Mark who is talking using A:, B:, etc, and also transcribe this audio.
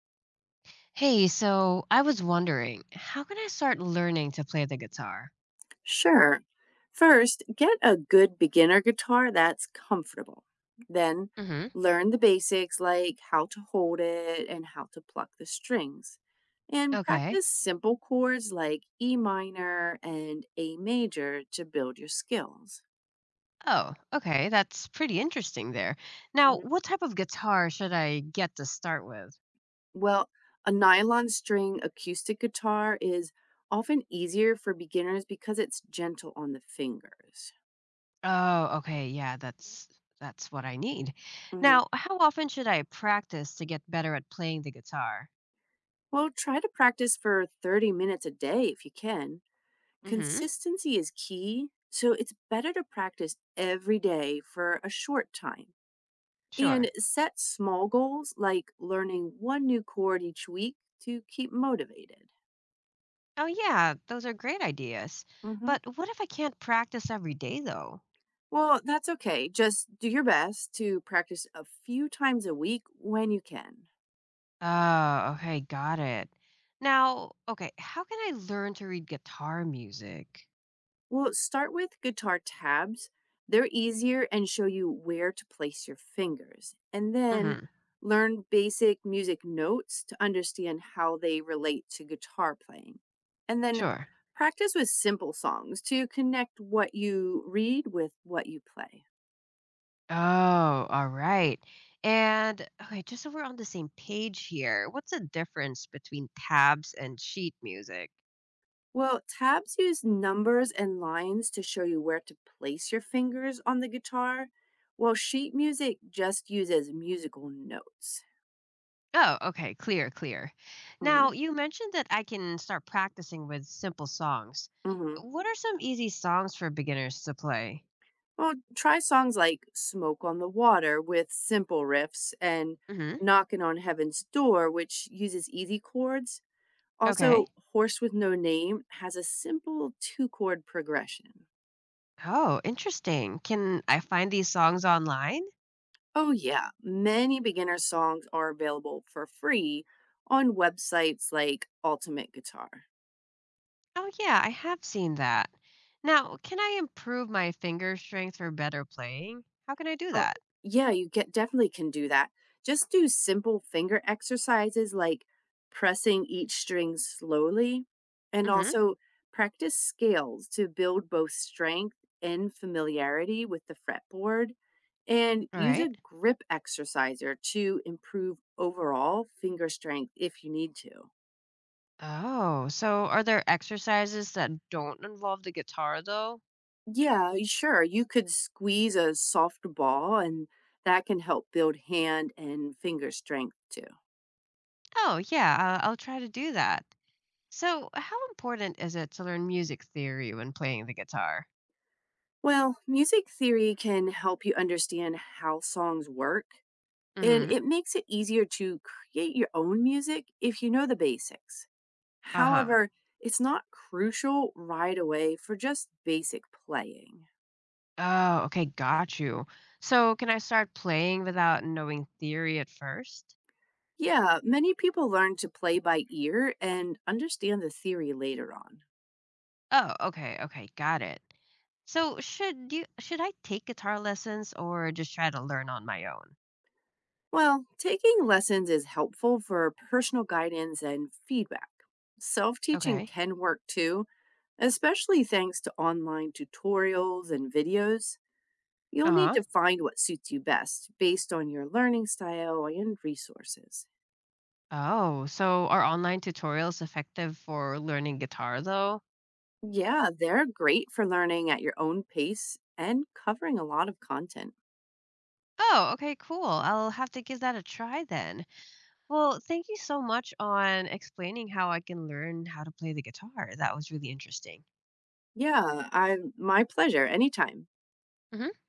A: Hey, so I was wondering, how can I start learning to play the guitar?
B: Sure. First, get a good beginner guitar that's comfortable. Then,
A: Hmm.
B: learn the basics like how to hold it and how to pluck the strings. And
A: Okay.
B: practice simple chords like E minor and A major to build your skills.
A: Oh, okay. That's pretty interesting there. Now,
B: Mhm.
A: what type of guitar should I get to start with?
B: Well, a nylon string acoustic guitar is often easier for beginners because it's gentle on the fingers.
A: Oh, okay. Yeah, that's what I need.
B: Mhm.
A: Now, how often should I practice to get better at playing the guitar?
B: Well, try to practice for 30 minutes a day if you can.
A: Hmm.
B: Consistency is key, so it's better to practice every day for a short time,
A: Sure.
B: and set small goals like learning one new chord each week to keep motivated.
A: Oh, yeah, those are great ideas.
B: Mhm.
A: But what if I can't practice every day though?
B: Well, that's okay. Just do your best to practice a few times a week when you can.
A: Oh, okay, got it. Now, okay, how can I learn to read guitar music?
B: Well, start with guitar tabs. They're easier and show you where to place your fingers. And then
A: Mm-hmm.
B: learn basic music notes to understand how they relate to guitar playing. And then
A: Sure.
B: practice with simple songs to connect what you read with what you play.
A: Oh, all right. And okay, just so we're on the same page here, what's the difference between tabs and sheet music?
B: Well, tabs use numbers and lines to show you where to place your fingers on the guitar, while sheet music just uses musical notes.
A: Oh, okay, clear, clear.
B: Hmm
A: Now, you mentioned that I can start practicing with simple songs.
B: hmm
A: What are some easy songs for beginners to play?
B: Well, try songs like Smoke on the Water with simple riffs, and
A: Mm-hmm.
B: Knockin' on Heaven's Door, which uses easy chords.
A: Okay.
B: Also, Horse with No Name has a simple two chord progression.
A: Oh, interesting. Can I find these songs online?
B: Oh, yeah, many beginner songs are available for free on websites like Ultimate Guitar.
A: Oh, yeah, I have seen that. Now, can I improve my finger strength for better playing? How can I do
B: Oh,
A: that?
B: yeah, you get definitely can do that. Just do simple finger exercises like pressing each string slowly, and
A: Mm-hmm.
B: also practice scales to build both strength and familiarity with the fretboard, and
A: All
B: use
A: right.
B: a grip exerciser to improve overall finger strength if you need to.
A: Oh, so are there exercises that don't involve the guitar, though?
B: Yeah, sure. You could squeeze a soft ball, and that can help build hand and finger strength too.
A: Oh, yeah, I'll try to do that. So, how important is it to learn music theory when playing the guitar?
B: Well, music theory can help you understand how songs work, and
A: Mm-hmm.
B: it makes it easier to create your own music if you know the basics.
A: Uh-huh.
B: However, it's not crucial right away for just basic playing.
A: Oh, okay, got you. So, can I start playing without knowing theory at first?
B: Yeah, many people learn to play by ear and understand the theory later on.
A: Oh, okay, okay, got it. So should I take guitar lessons or just try to learn on my own?
B: Well, taking lessons is helpful for personal guidance and feedback. Self teaching
A: Okay.
B: can work too, especially thanks to online tutorials and videos. You'll need
A: Uh-huh.
B: to find what suits you best based on your learning style and resources.
A: Oh, so are online tutorials effective for learning guitar though?
B: Yeah, they're great for learning at your own pace and covering a lot of content.
A: Oh, okay, cool. I'll have to give that a try then. Well, thank you so much on explaining how I can learn how to play the guitar. That was really interesting.
B: Yeah, I my pleasure anytime.
A: Mhm.